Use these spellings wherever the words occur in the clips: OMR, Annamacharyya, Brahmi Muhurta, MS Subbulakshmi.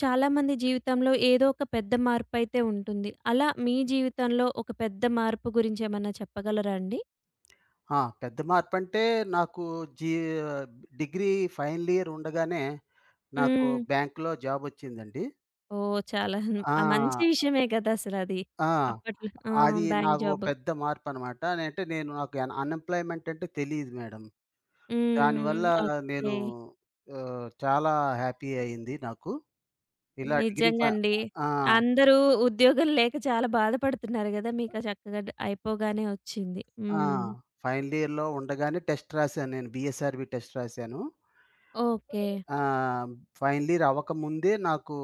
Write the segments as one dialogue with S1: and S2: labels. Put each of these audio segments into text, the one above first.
S1: చాలామంది జీవితంలో ఏదో ఒక పెద్ద మార్పయితే ఉంటుంది. అలా మీ జీవితంలో ఒక పెద్ద మార్పు గురించేమన్నా చెప్పగలరా అండి?
S2: పెద్ద మార్పంటే నాకు జీ డిగ్రీ ఫైనల్ ఇయర్ ఉండగానే నాకు
S1: హ్మ్.
S2: బ్యాంక్‌లో జాబొచ్చిందండి.
S1: ఓహ్! చాలా ఆ మంచి
S2: ఆ!
S1: విషయమే కదా అసలది.
S2: ఆ!
S1: అప్పట్లో ఆ!
S2: అది
S1: బ్యాంక్
S2: నాకు ఓ
S1: జాబ్.
S2: పెద్ద మార్పనమాట. అంటే నేను నాకు అన్‌ఎంప్లాయ్‌మెంట్ అంటే తెలీదు మేడం. దానివల్ల
S1: హ్మ్. ఓకే.
S2: నేను చాలా హ్యాపీ అయింది నాకు. ఇలా డిగ్రీ ఫ
S1: నిజంగా అండి.
S2: ఆ!
S1: అందరూ ఉద్యోగం లేక చాలా బాధపడుతున్నారు గదా! మీకు ఆ చక్కగా అయిపోగానే వచ్చింది.
S2: ఆ!
S1: హ్మ్.
S2: ఫైనల్ ఇయర్‌లో ఉండగానే టెస్ట్ రాశాను నేను. బీఎస్ఆర్‌బీ టెస్ట్ రాశాను.
S1: ఓకే.
S2: ఆ! ఫైనల్ ఇయర్ అవ్వకముందే నాకు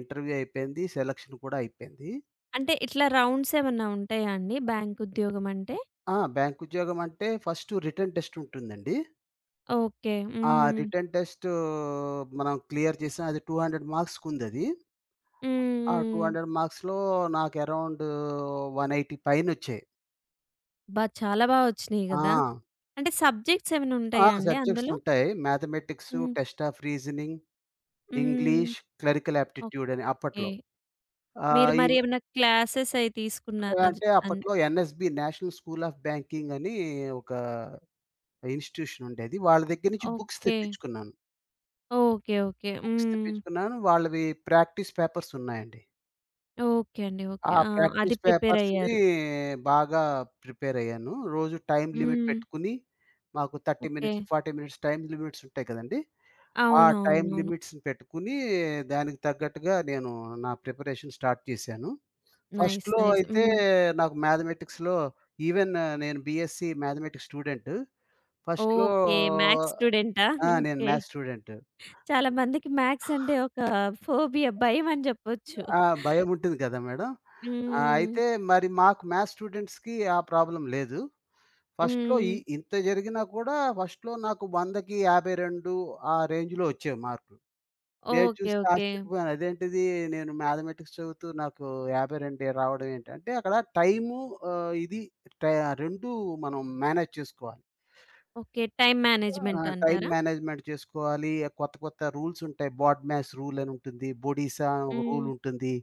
S2: ఇంటర్వ్యూ అయిపోయింది. సెలక్షన్ కూడా అయిపోయింది.
S1: అంటే ఇట్లా రౌండ్స్ ఏమన్నా ఉంటాయా అండి బ్యాంక్ ఉద్యోగం అంటే?
S2: బ్యాంక్ ఉద్యోగం అంటే ఫస్ట్ రిటన్ టెస్ట్ ఉంటుందండి.
S1: ఓకే.
S2: ఆ
S1: హ్మ్.
S2: రిటన్ టెస్ట్ మనం క్లియర్ చేసాం. అది 200 మార్క్స్‌కుందది.
S1: హ్మ్.
S2: ఆ
S1: హ్మ్.
S2: 200 మార్క్స్‌లో నాకు అరౌండ్ 180 పైనొచ్చాయి.
S1: అబ్బా! చాలా బా వచ్చినియి గదా!
S2: ఆ!
S1: అంటే సబ్జెక్ట్స్ ఏమైనా
S2: ఆ!
S1: ఉంటాయా అండి
S2: సబ్జెక్ట్స్
S1: అందులో?
S2: ఉంటాయి. మ్యాథమెటిక్స్,
S1: హ్మ్.
S2: టెస్ట్ ఆఫ్ రీజనింగ్,
S1: హ్మ్.
S2: ఇంగ్లీష్, క్లెరికల్ యాప్టిట్యూడ్ అని
S1: ఓకే.
S2: అప్పట్లో.
S1: మీరు
S2: ఆహ్, ఈ
S1: మరి ఏమైనా క్లాసెస్ అయి తీసుకున్న అది
S2: అంటే
S1: అన్
S2: అప్పట్లో NSB national school of banking అని ఒక ఇన్‌స్టిట్యూషన్ ఉండేది. వాళ్ళ దగ్గర నుంచి బుక్స్
S1: ఓకే.
S2: తెప్పించుకున్నాను.
S1: ఓకే. ఓకే.
S2: బుక్స్
S1: హ్మ్.
S2: తెప్పించుకున్నాను. వాళ్ళవి ప్రాక్టీస్ పేపర్స్ ఉన్నాయండి.
S1: ఓకే అండి. ఓకే.
S2: ఆ
S1: ఆ! అది
S2: ప్రాక్టీస్
S1: ప్రిపేర్
S2: పేపర్స్‌ని
S1: అయ్యారు.
S2: బాగా ప్రిపేర్ అయ్యాను. రోజు టైమ్ లిమిట్
S1: హ్మ్.
S2: పెట్టుకొని, మాకు 30
S1: okay.
S2: Minutes, 40 minutes time limits ఉంటాయి కదండీ! అవును. టైమ్
S1: అవునవునవును.
S2: లిమిట్స్‌ని పెట్టుకొని, దానికి తగ్గట్టుగా నేను నా ప్రిపరేషన్ స్టార్ట్ చేశాను.
S1: నైస్.
S2: ఫస్ట్‌లో
S1: నైస్.
S2: అయితే
S1: హ్మ్.
S2: నాకు మ్యాథమెటిక్స్‌లో ఈవెన్ నేను బీఎస్సీ మ్యాథమెటిక్స్ స్టూడెంటు. ఫస్ట్‌లో
S1: ఓకే. మ్యాథ్స్ స్టూడెంటా?
S2: నేను
S1: ఓకే.
S2: Maths student.
S1: చాలా మందికి మ్యాథ్స్ అంటే ఒక ఫోబియా భయం అని జెప్పొచ్చు.
S2: ఆ! భయం ఉంటుంది కదా మేడం.
S1: హ్మ్.
S2: అయితే మరి మాకు మ్యాథ్స్ స్టూడెంట్స్‌కి ఆ ప్రాబ్లమ్ లేదు. ఫస్ట్‌లో
S1: హ్మ్.
S2: ఇంత జరిగినా కూడా ఫస్ట్‌లో నాకు 100కి 52 ఆ రేంజ్‌లో వచ్చేవి మార్కులు. నేను
S1: ఓకే.
S2: చూస్తే
S1: ఓకే.
S2: ఆశ్చర్యపోయాను. అదేంటిది నేను మ్యాథమెటిక్స్ చదువుతూ నాకు 52 రావడం ఏంటి? అంటే అక్కడ టైము ఆహ్, ఇది టై 2 మనం మేనేజ్ చేసుకోవాలి.
S1: ఓకే. టైమ్ మేనేజ్‌మెంట్
S2: టైమ్
S1: అంటారా?
S2: మేనేజ్‌మెంట్ చేసుకోవాలి. కొత్త కొత్త రూల్స్ ఉంటాయి. బాడ్ మ్యాస్ రూల్ అని ఉంటుంది. బొడీసా అని ఒక రూల్
S1: హ్మ్.
S2: ఉంటుంది.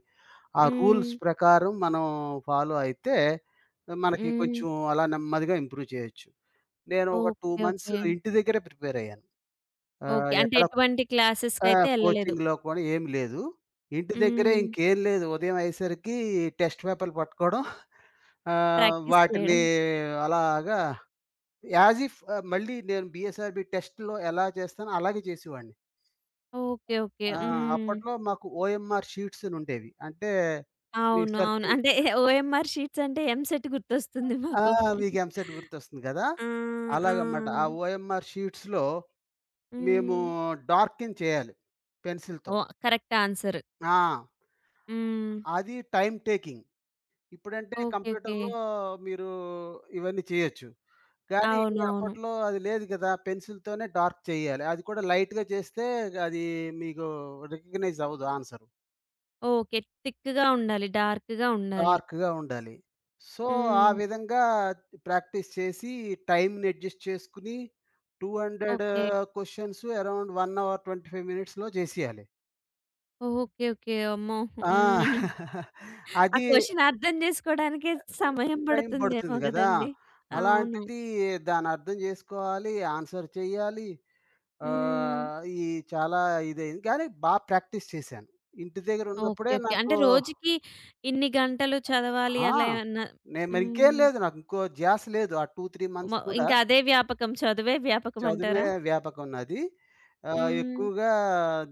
S2: ఆ
S1: హ్మ్.
S2: రూల్స్ ప్రకారం మనం ఫాలో అయితే మనకి
S1: హ్మ్.
S2: కొంచెం అలా నెమ్మదిగా ఇంప్రూవ్ చేయొచ్చు. నేను ఒక 2
S1: ఓకే.
S2: Months
S1: okay.
S2: ఇంటి దగ్గరే ప్రిపేర్ అయ్యాను. ఆహ్,
S1: ఓకే. అంటే
S2: ఎక్కడ
S1: ఎటువంటి
S2: ఆ!
S1: క్లాసెస్‌కైతే ఎళ్ళలేదు.
S2: కోచింగ్‌లో కూడా ఏమి లేదు. ఇంటి దగ్గరే
S1: హ్మ్.
S2: ఇంకేం లేదు. ఉదయం అయ్యేసరికి టెస్ట్ పేపర్‌లు పట్టుకోవడం.
S1: ప్రాక్టీస్
S2: వాటిని
S1: చేయడం.
S2: అలాగా యాజ్ ఇఫ్ మళ్ళీ నేను బీఎస్ఆర్‌బీ టెస్ట్‌లో ఎలా చేస్తానో అలాగే చేసేవాడిని.
S1: ఓకే. ఓకే.
S2: ఆ!
S1: హ్మ్.
S2: అప్పట్లో మాకు ఓఎంఆర్ షీట్స్ అని ఉండేవి. అంటే మీకు
S1: అవును. అవును.
S2: సర్కిల్
S1: అంటే ఓఎంఆర్ షీట్స్ అంటే ఎంసెట్ గుర్తొస్తుంది
S2: ఆ!
S1: మాకు.
S2: మీకు ఎంసెట్ గుర్తొస్తుంది కదా!
S1: ఆ!
S2: అలాగనమాట. ఆ
S1: ఆ!
S2: ఓఎంఆర్ షీట్స్‌లో మేము
S1: హ్మ్.
S2: డార్కింగ్ చేయాలి పెన్సిల్‌తో.
S1: ఓహ్! Correct answer.
S2: ఆ!
S1: హ్మ్.
S2: అది టైమ్ టేకింగ్. ఇప్పుడంటే
S1: ఓకే. ఓకే.
S2: కంప్యూటర్‌లో మీరు ఇవన్నీ చేయొచ్చు. కానీ
S1: అవునవును.
S2: అప్పట్లో అది లేదు గదా! పెన్సిల్‌తోనే డార్క్ చేయాలి. అది కూడా లైట్‌గా చేస్తే అది మీకు రికగ్నైజ్ అవ్వదు ఆన్సరు.
S1: ఓకే. థిక్‌గా ఉండాలి. డార్క్‌గా ఉండాలి.
S2: డార్క్‌గా ఉండాలి. సో, ఆ
S1: హ్మ్.
S2: విధంగా ప్రాక్టీస్ చేసి టైమ్‌ని అడ్జస్ట్ చేసుకొని 200
S1: ఓకే.
S2: క్వెషన్స్ అరౌండ్ 1 అవర్ 25 మినిట్స్‌లో చేసేయాలి.
S1: ఓకే. ఓకే. అమ్మో! హ్మ్.
S2: ఆ!
S1: ఆ
S2: అది
S1: క్వెషన్ అర్థం జేసుకోవడానికే సమయం
S2: టైం
S1: పడుతుందేమో
S2: పడుతుంది గదా!
S1: గదండీ! అవును.
S2: అలాంటిది దానర్థం జేసుకోవాలి. ఆన్సర్ చెయ్యాలి.
S1: హ్మ్.
S2: ఆహ్, ఈ చాలా ఇదయింది. కానీ బా ప్రాక్టీస్ చేశాను. ఇంటి
S1: ఓకే.
S2: దగ్గరున్నప్పుడే
S1: ఓకే.
S2: నాకు
S1: అంటే రోజుకి ఇన్ని గంటలు చదవాలి
S2: ఆ!
S1: అలా ఏమన్నా
S2: నేను మరింకేం
S1: హ్మ్.
S2: లేదు. నాకింకో ధ్యాస లేదు. ఆ 2, 3
S1: మ
S2: మంత్స్ కూడా
S1: ఇంకా అదే వ్యాపకం. చదువే వ్యాపకం
S2: చదువే
S1: అంటారా?
S2: వ్యాపకం నాది.
S1: హ్మ్.
S2: ఎక్కువగా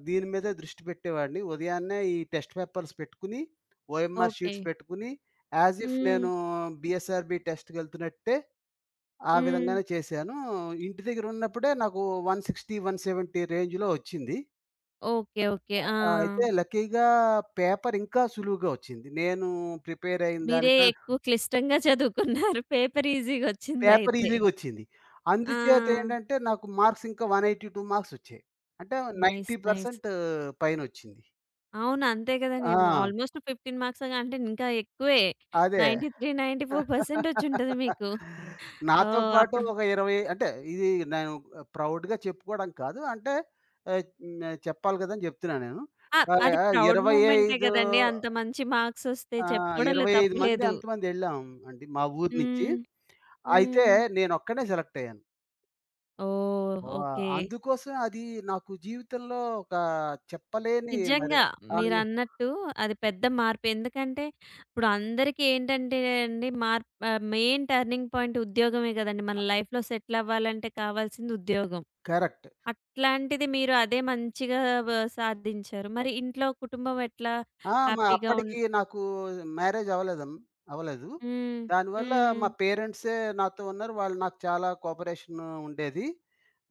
S2: దీని మీదే దృష్టి పెట్టేవాడిని. ఉదయాన్నే ఈ టెస్ట్ పేపర్స్ పెట్టుకుని, ఓఎంఆర్
S1: ఓకే.
S2: షీట్స్ పెట్టుకుని యాస్ ఇఫ్
S1: హ్మ్.
S2: నేను బీఎస్ఆర్‌బీ టెస్ట్‌కెళ్తున్నట్టే ఆ
S1: హ్మ్.
S2: విధంగానే చేశాను. ఇంటి దగ్గరున్నప్పుడే నాకు 160, 170 రేంజ్‌లో వచ్చింది.
S1: ఓకే. ఓకే. ఆ!
S2: అయితే లక్కీగా పేపర్ ఇంకా సులువుగా వచ్చింది. నేను ప్రిపేర్ అయిన
S1: మీరే
S2: దానికన్
S1: ఎక్కువ క్లిష్టంగా చదువుకున్నారు. పేపర్
S2: పేపర్
S1: ఈజీ‌గొచ్చిందయితే.
S2: ఈజీగొచ్చింది. అందుచేత
S1: ఆ!
S2: ఏంటంటే నాకు మార్క్స్ ఇంకా 182 మార్క్స్ వచ్చాయి. అంటే
S1: నైస్.
S2: 90%
S1: నైస్.
S2: పైనొచ్చింది.
S1: అవును. అంతే గదండీ!
S2: ఆ!
S1: ఆల్‌మోస్ట్ 15 మార్క్స్ అగా అంటే ఇంకా ఎక్కువే.
S2: అదే.
S1: 93, 94% వచ్చుంటది మీకు.
S2: నాతో
S1: ఓహ్!
S2: పాటు
S1: అప్పుడు
S2: ఒక 20 అంటే ఇది నేను ప్రౌడ్‌గా చెప్పుకోవడం కాదు. అంటే ఆహ్, హ్మ్. చెప్పాలి కదని చెప్తున్నా నేను.
S1: ఆ!
S2: ఆహ్,
S1: అది
S2: ఆహ్,
S1: ప్రౌడ్ మూమెంటే
S2: 25
S1: గదండీ! అంత మంచి మార్క్స్ వస్తే చెప్పుకోవడంలో
S2: 25
S1: తప్పు
S2: మంది
S1: లేదు.
S2: ఎంతమంది ఎళ్ళాం అండి మా ఊరు నుంచి.
S1: హ్మ్.
S2: అయితే
S1: హ్మ్.
S2: నేనొక్కడినే సెలెక్ట్ అయ్యాను.
S1: ఓహ్! ఓకే.
S2: అందుకోసం అది నాకు జీవితంలో ఒక చెప్పలేని మరి
S1: నిజంగా
S2: అది
S1: మీరన్నట్టు అది పెద్ద మార్పు. ఎందుకంటే ఇప్పుడు అందరికీ ఏంటంటే అండి మెయిన్ టర్నింగ్ పాయింట్ ఉద్యోగమే గదండీ! మన లైఫ్‌లో సెటిల్ అవ్వాలంటే కావాల్సింది ఉద్యోగం.
S2: కరెక్ట్.
S1: అట్లాంటిది మీరు అదే మంచిగా వ సాధించారు. మరి ఇంట్లో కుటుంబం ఎట్లా
S2: మా
S1: హ్యాపీగా
S2: అప్పటికి నాకు మ్యారేజ్ అవ్వలేదు. అవ్వలేదు.
S1: హ్మ్.
S2: దానివల్ల
S1: హ్మ్.
S2: మా పేరెంట్సే నాతో ఉన్నారు. వాళ్ళు నాకు చాలా కోఆపరేషన్ ఉండేది.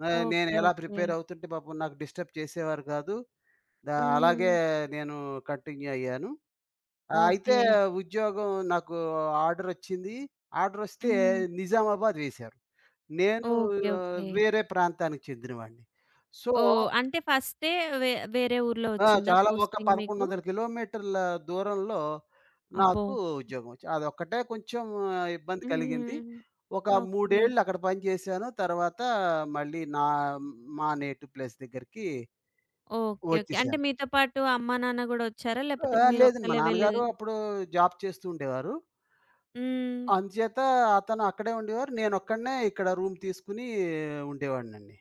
S2: నేను
S1: ఓకే.
S2: ఎలా
S1: ఓకే.
S2: ప్రిపేర్ అవుతుంటే పాపం నాకు డిస్టర్బ్ చేసేవారు కాదు. అలాగే
S1: హ్మ్.
S2: నేను కంటిన్యూ అయ్యాను. అయితే
S1: ఓకే.
S2: ఉద్యోగం నాకు ఆర్డర్ వచ్చింది. ఆర్డర్ వస్తే
S1: హ్మ్.
S2: నిజామాబాద్ వేశారు. నేను
S1: ఓకే. ఓకే.
S2: వేరే ప్రాంతానికి చెందినవాడిని. సో
S1: ఓహ్! అంటే ఫస్టే వే వేరే ఊర్లో
S2: ఆ!
S1: వచ్చిందా
S2: చాలా ఒక
S1: పోస్టింగ్ మీకు?
S2: 11,000 కిలోమీటర్ల దూరంలో
S1: అబ్బో!
S2: నాకు ఉద్యోగం వచ్చింది. అదొక్కటే కొంచెం ఇబ్బంది కలిగింది.
S1: హ్మ్.
S2: ఒక 3
S1: ఓకే.
S2: ఏళ్ళు అక్కడ పని చేశాను. తర్వాత మళ్ళీ నా మా నేటివ్ ప్లేస్ దగ్గరికి
S1: ఓకే. ఓకే. అంటే
S2: వచ్చేసాను.
S1: మీతో పాటు అమ్మా, నాన్న గూడా వచ్చారా?
S2: ఆ!
S1: లేపోతే మీరు
S2: లేదండి. మా
S1: ఒక్కళ్ళే వెళ్లి
S2: నాన్నగారు అప్పుడు జాబ్ చేస్తూ ఉండేవారు.
S1: హ్మ్.
S2: అందుచేత అతను అక్కడే ఉండేవారు. నేనొక్కడినే ఇక్కడ రూమ్ తీసుకొని ఉండేవాడినండి.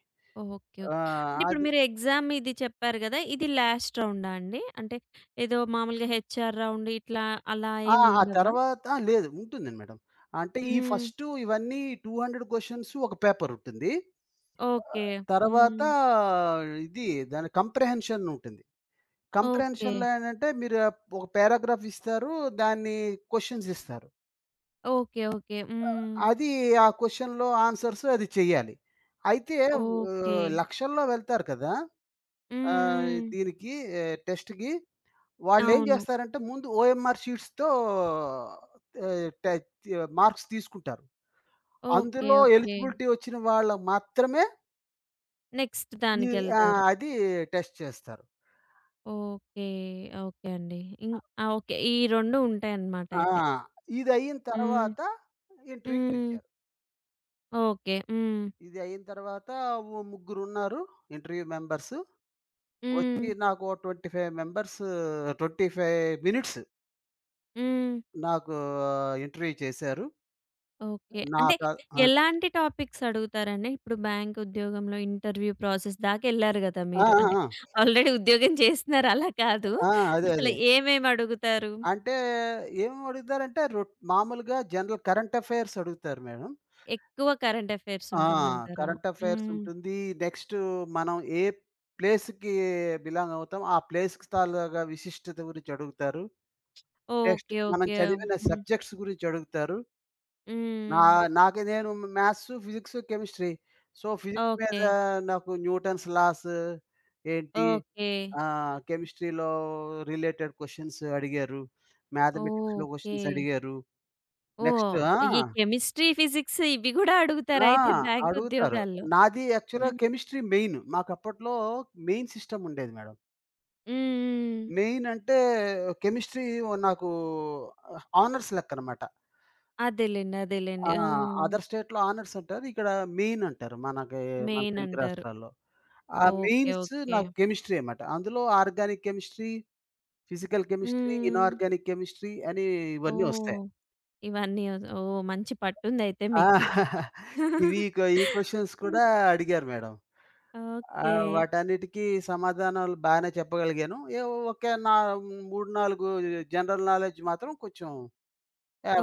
S1: ఓకే.
S2: ఆ!
S1: ఓకే. అంటే ఇప్పుడు
S2: అది
S1: మీరు ఎగ్జామ్ ఇది చెప్పారు గదా! ఇది లాస్ట్ రౌండా అండి? అంటే ఏదో మామూలుగా హెచ్‌ఆర్ రౌండ్ ఇట్లా అలా
S2: ఆ!
S1: ఏమి
S2: ఆ
S1: ఉండవా?
S2: తర్వాత లేదు. ఉంటుందండి మేడం. అంటే ఈ
S1: హ్మ్.
S2: ఫస్టు ఇవన్నీ 200 క్వెషన్స్ ఒక పేపర్ ఉంటుంది.
S1: ఓకే.
S2: ఆహ్, తర్వాత
S1: హ్మ్.
S2: ఇది దాని కంప్రిహెన్షన్ ఉంటుంది.
S1: ఓకే.
S2: కంప్రిహెన్షన్‌లో ఏంటంటే మీరు ఒక పారాగ్రాఫ్ ఇస్తారు. దాన్ని క్వెషన్స్ ఇస్తారు.
S1: ఓకే. ఓకే. హ్మ్.
S2: అది ఆ క్వెషన్‌లో ఆన్సర్స్ అది చేయాలి. అయితే
S1: ఓకే. హ్మ్.
S2: లక్షల్లో వెళ్తారు కదా!
S1: హ్మ్.
S2: దీనికి టెస్ట్‌కి వాళ్ళేం
S1: అవును.
S2: జేస్తారంటే ముందు ఓఎంఆర్ షీట్స్‌తో ఆహ్, ట తి మార్క్స్ తీసుకుంటారు.
S1: ఓకే.
S2: అందులో
S1: ఓకే.
S2: ఎలిజిబిలిటీ వచ్చిన వాళ్ళకి మాత్రమే
S1: నెక్స్ట్
S2: ఈ ఆ!
S1: దానికెళ్తారు.
S2: అది టెస్ట్ చేస్తారు.
S1: ఓకే. ఓకే అండి. ఇం ఆ! ఓకే. ఈ 2 ఉంటాయన్నమాట
S2: ఆ!
S1: అయితే.
S2: ఇదయిన
S1: హ్మ్.
S2: తర్వాత ఇంటర్వ్యూకి
S1: హ్మ్.
S2: పిలిచారు.
S1: ఓకే. హ్మ్.
S2: ఇది అయిన తర్వాత ఓ ముగ్గురున్నారు ఇంటర్వ్యూ మెంబర్స్.
S1: హ్మ్.
S2: వచ్చి నాకు ఓ 25 మెంబర్స్ 25 మినిట్స్
S1: హ్మ్.
S2: నాకు ఇంటర్వ్యూ చేశారు.
S1: ఓకే.
S2: నా
S1: అంటే
S2: త ఆ!
S1: ఎలాంటి టాపిక్స్ అడుగుతారండి? ఇప్పుడు బ్యాంక్ ఉద్యోగంలో ఇంటర్వ్యూ ప్రాసెస్ దాకెళ్లారు గదా
S2: ఆ!
S1: మీరు. అంటే
S2: ఆ!
S1: ఆల్రెడీ ఉద్యోగం చేస్తున్నారు అలా కాదు.
S2: ఆ! అదే.
S1: అసలు
S2: అదే.
S1: ఏమేమి అడుగుతారు?
S2: అంటే ఏం అడుగుతారంటే రొట్ మామూలుగా జనరల్ కరెంట్ అఫైర్స్ అడుగుతారు మేడం.
S1: ఎక్కువ కరెంట్ అఫైర్స్
S2: ఆ!
S1: ఉంటుందంటారా?
S2: కరెంట్ అఫైర్స్
S1: హ్మ్.
S2: ఉంటుంది. నెక్స్ట్ మనం ఏ ప్లేస్‌కి బిలాంగ్ అవుతాం. ఆ ప్లేస్‌కి తాలూకా విశిష్టత గురించి అడుగుతారు. Next
S1: okay.
S2: మనం
S1: ఓకే.
S2: చదివిన
S1: హ్మ్.
S2: సబ్జెక్ట్స్ గురించి అడుగుతారు. నా
S1: హ్మ్.
S2: నాకు నేను maths, physics, chemistry. So, physics మీద
S1: ఓకే.
S2: నాకు న్యూటన్స్ లాస్ ఏంటి?
S1: ఓకే.
S2: కెమిస్ట్రీలో రిలేటెడ్ క్వెషన్స్ అడిగారు. మ్యాథమెటిక్స్‌లో
S1: ఓకే.
S2: క్వెషన్స్ అడిగారు. నెక్స్ట్
S1: ఓహ్!
S2: ఆ!
S1: ఈ కెమిస్ట్రీ, ఫిజిక్స్ ఇవి గూడా అడుగుతారా
S2: ఆ!
S1: అయితే బ్యాంక్
S2: అడుగుతారు.
S1: ఉద్యోగాల్లో?
S2: నాది
S1: హ్మ్.
S2: యాక్చువల్‌గా
S1: హ్మ్.
S2: Chemistry main. మాకప్పట్లో మెయిన్ సిస్టమ్ ఉండేది మేడం.
S1: హ్మ్.
S2: మెయిన్ అంటే కెమిస్ట్రీ నాకు ఆనర్స్ లెక్కనమాట.
S1: అదేలెండి. అదేలెండి.
S2: ఆ!
S1: ఆ!
S2: అదర్ స్టేట్‌లో ఆనర్స్ అంటారు. ఇక్కడ మెయిన్ అంటారు. మనకి మన
S1: మెయిన్
S2: తెలుగు
S1: అంటారు.
S2: రాష్ట్రాల్లో. ఆ
S1: ఓకే.
S2: Mains
S1: okay.
S2: నాకు కెమిస్ట్రీ అన్నమాట. అందులో ఆర్గానిక్ కెమిస్ట్రీ, ఫిజికల్ కెమిస్ట్రీ,
S1: హ్మ్.
S2: ఇనార్గానిక్ కెమిస్ట్రీ అని ఇవన్నీ వస్తాయి.
S1: ఓహ్! ఇవన్నీ ఓస్ ఓహ్! మంచి పట్టుందయితే మీకు.
S2: ఆ! ఇవి ఈ క్వెషన్స్ కూడా
S1: హ్మ్.
S2: అడిగారు మేడం. ఆ!
S1: ఓకే.
S2: వాటన్నిటికి సమాధానాలు బానే చెప్పగలిగాను. ఏవో ఒక నా 3, 4 జనరల్ నాలెడ్జ్ మాత్రం కొంచెం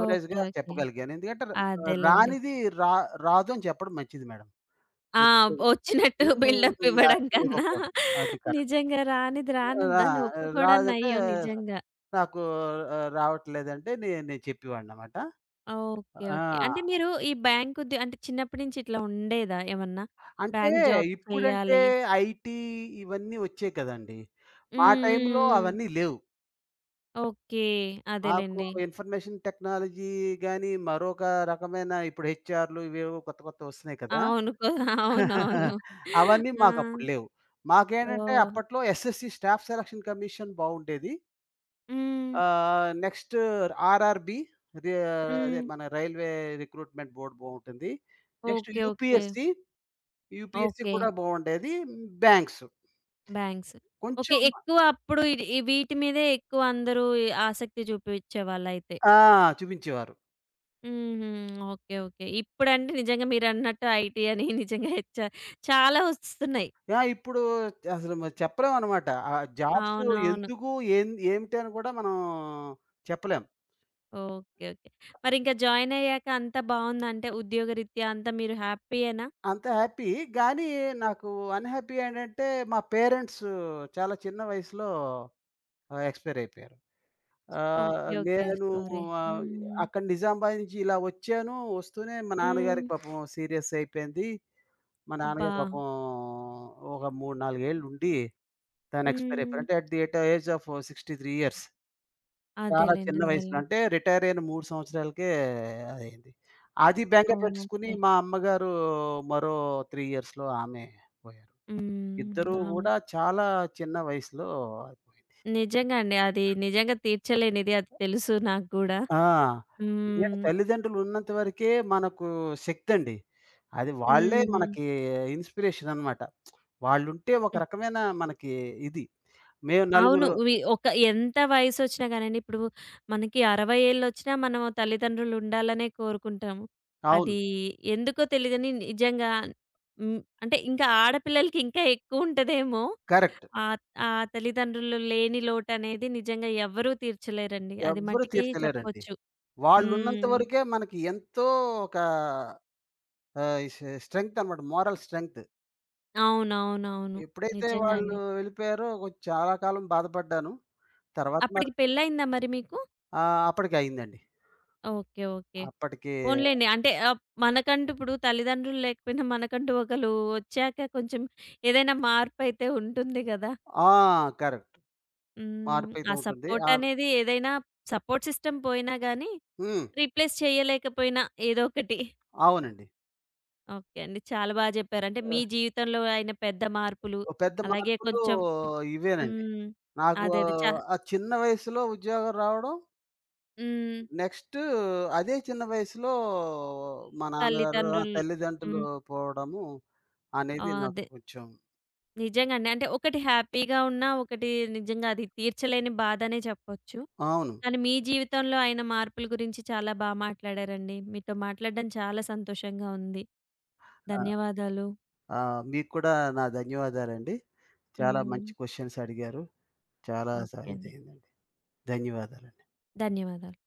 S1: ఓకే. ఓకే.
S2: చెప్పగలిగాను. ఎందుకంటే ర
S1: అదేలెండి.
S2: రానిది రా రాదు అని చెప్పడం మంచిది మేడం.
S1: ఆ!
S2: ఎక్కువగా.
S1: వచ్చినట్టు బిల్డప్
S2: హ్మ్. న
S1: ఇవ్వడం కన్నా
S2: ఇవ్వకూడదు. అది కరెక్ట్.
S1: నిజంగా రానిది
S2: రా
S1: రానిదని ఒప్పుకోవడం
S2: రాదంటే
S1: నయ్యం నిజంగా.
S2: నాకు రావట్లేదంటే నేను చెప్పేవాడిననమాట.
S1: ఓకే. ఓకే. అంటే
S2: ఆ!
S1: మీరు ఈ బ్యాంక్ ఉద్యో అంటే చిన్నప్పటి నుంచి ఇట్లా ఉండేదా ఏమన్నా?
S2: అంటే
S1: బ్యాంక్ జాబ్
S2: ఇప్పుడంటే
S1: చేయాలి.
S2: ఐటీ ఇవన్నీ వచ్చాయి కదండీ!
S1: హ్మ్.
S2: మా
S1: హ్మ్.
S2: టైంలో
S1: హ్మ్.
S2: అవన్నీ లేవు.
S1: ఓకే.
S2: నాకు
S1: అదేలెండి.
S2: ఇన్ఫర్మేషన్ టెక్నాలజీ గాని, మరొక రకమైన ఇప్పుడు హెచ్ఆర్‌లు ఇవేవో కొత్త కొత్తవి వస్తున్నాయి కదా!
S1: అవును. అవునవును.
S2: అవన్నీ
S1: ఆ!
S2: మాకప్పుడు లేవు. మాకేంటంటే
S1: ఓహ్!
S2: అప్పట్లో ఎస్ఎస్‌సి స్టాఫ్ సెలక్షన్ కమిషన్ బావుండేది.
S1: హ్మ్.
S2: నెక్స్ట్ ఆర్ఆర్‌బీ రే అదే
S1: హ్మ్.
S2: మన రైల్వే రిక్రూట్‌మెంట్ బోర్డ్ బావుంటుంది. Next
S1: okay. Okay.
S2: UPSC, UPSC
S1: okay.
S2: కూడా బావుండేది. Banks
S1: banks.
S2: కొంచెం
S1: ఓకే. ఎక్కువ అప్పుడు ఇది ఈ వీటి మీదే ఎక్కువ అందరూ ఈ ఆసక్తి చూపిచ్చేవాళ్ళయితే.
S2: ఆ! చూపించేవారు.
S1: హుహు. ఓకే. ఓకే. ఇప్పుడంటే నిజంగా మీరన్నట్టు ఐటీ అని నిజంగా హెచ్ ఆర్ చాలా వస్తున్నాయి.
S2: ఇప్పుడు అసలు మరి చెప్పలేమనమాట. జాబ్స్
S1: అవునవును.
S2: ఎందుకు? ఏమిటి అని కూడా మనం చెప్పలేం.
S1: ఓకే. ఓకే. మరింక జాయినయ్యాక అంతా బావుందా? అంటే ఉద్యోగరీత్యా అంతా మీరు హ్యాపీయేనా?
S2: అంత హ్యాపీ. గానీ నాకు అన్‌హ్యాపీ ఏంటంటే మా పేరెంట్స్ చాలా చిన్న వయసులో ఎక్స్‌పైర్ అయిపోయారు. ఆహ్,
S1: ఓకే. ఓకే.
S2: నేను
S1: సారీ.
S2: ఆహ్,
S1: హ్మ్.
S2: అక్కడ నిజామాబాద్ నుంచి ఇలా వచ్చాను. వస్తూనే మా
S1: హ్మ్.
S2: నాన్నగారికి పాపం సీరియస్ అయిపోయింది. మా
S1: అబ్బా!
S2: నాన్నగారు పాపం ఒక 3, 4 ఏళ్లుండి తను ఎక్స్‌పైర్ అయిపోయారు.
S1: హ్మ్.
S2: అంటే at the at age of 63 years. చాలా
S1: అదేలెండి.
S2: చిన్న వయసులో.
S1: అదేలెండి.
S2: అంటే రిటైర్ అయిన 3 సంవత్సరాలకే అదయింది. అది బెంగ పెట్టుకుని
S1: ఓకే.
S2: మా అమ్మగారు మరో 3 ఇయర్స్‌లో ఆమె పోయారు.
S1: హ్మ్.
S2: ఇద్దరూ
S1: అవును.
S2: గూడా చాలా చిన్న వయసులో అయిపోయింది.
S1: నిజంగా అండి. అది నిజంగా తీర్చలేనిది అది తెలుసు నాకు గూడా.
S2: ఆ! ఎందుకంటే
S1: హ్మ్.
S2: తల్లిదండ్రులు ఉన్నంత వరకే మనకు శక్తండి. అది వాళ్ళే హ్మ్.
S1: హ్మ్.
S2: మనకి ఇన్‌స్పిరేషన్ అనమాట. వాళ్ళుంటే ఒక
S1: హ్మ్.
S2: రకమైన మనకి ఇది. మేము
S1: అవును.
S2: నలుగురు
S1: ఒక ఎంత వయసొచ్చినా గానండి ఇప్పుడు మనకి 60 ఏళ్ళొచ్చినా మనం తల్లిదండ్రులు ఉండాలనే కోరుకుంటాము.
S2: అవును.
S1: అది ఎందుకో తెలీదని నిజంగా హ్మ్. అంటే ఇంకా ఆడపిల్లలకి ఇంకా ఎక్కువుంటదేమో!
S2: కరెక్ట్.
S1: ఆ! ఆ తల్లిదండ్రులు లేని లోటనేది నిజంగా ఎవ్వరూ తీర్చలేరండి. అది
S2: ఎవ్వరు
S1: మటికి
S2: తీర్చలేరండి.
S1: చెప్పొచ్చు.
S2: వాళ్ళున్నంత
S1: హ్మ్.
S2: వరకే మనకి ఎంతో ఒక ఆహ్, ఈ స్ట్రె స్ట్రెంగ్త్ అనమాట. Moral strength.
S1: అవునవునవును.
S2: ఎప్పుడైతే
S1: నిజంగా
S2: వాళ్ళు
S1: అండి.
S2: వెళ్ళిపోయారో కొంచెం చాలా కాలం బాధపడ్డాను. తర్వాత మరి
S1: అప్పటికి పెళ్లయిందా మరి మీకు?
S2: ఆ! అప్పటికి అయిందండి.
S1: ఓకే. ఓకే.
S2: అప్పటికి
S1: పోన్లేండి. అంటే మనకంటూ ఇప్పుడు తల్లిదండ్రులు లేకపోయినా మనకంటూ ఒకళ్ళు వచ్చాక కొంచెం ఏదైనా మార్పయితే ఉంటుంది గదా!
S2: ఆ! కరెక్ట్.
S1: హ్మ్.
S2: మార్పయితే
S1: ఆ
S2: ఉంటుంది.
S1: సపోర్ట్
S2: ఆహ్,
S1: అనేది ఏదైనా సపోర్ట్ సిస్టమ్ పోయినా గానీ,
S2: హ్మ్.
S1: రీప్లేస్ చేయలేకపోయినా ఏదో ఒకటి.
S2: అవునండి.
S1: ఓకే అండి. చాలా బా జెప్పారు. అంటే మీ
S2: ఆహ్,
S1: జీవితంలో అయిన పెద్ద మార్పులు,
S2: ఓ పెద్ద
S1: అలాగే
S2: మార్పులు
S1: కొంచెం
S2: ఇవేనండి.
S1: హ్మ్.
S2: నాకు
S1: అదే. అదే.
S2: ఆ చిన్న వయసులో ఉద్యోగం రావడం,
S1: హ్మ్.
S2: నెక్స్ట్ అదే చిన్న వయసులో మా నాన్నగారు, ఆ
S1: తల్లిదండ్రులు.
S2: తల్లిదండ్రులు
S1: హ్మ్.
S2: పోవడము
S1: ఆ!
S2: అనేది నాకు
S1: అదే.
S2: కొంచెం
S1: నిజంగానే. అంటే ఒకటి హ్యాపీగా ఉన్నా, ఒకటి నిజంగా అది తీర్చలేని బాధనే చెప్పొచ్చు.
S2: అవును.
S1: కానీ మీ జీవితంలో అయిన మార్పుల గురించి చాలా బా మాట్లాడారండి. మీతో మాట్లాడడం చాలా సంతోషంగా ఉంది. ధన్యవాదాలు.
S2: ఆ! మీకు కూడా నా ధన్యవాదాలండి. చాలా
S1: హ్మ్.
S2: మంచి క్వెషన్స్ అడిగారు. చాలా స
S1: ఓకే అండి.
S2: ఇదయిందండి. ధన్యవాదాలు.
S1: ధన్యవాదాలు.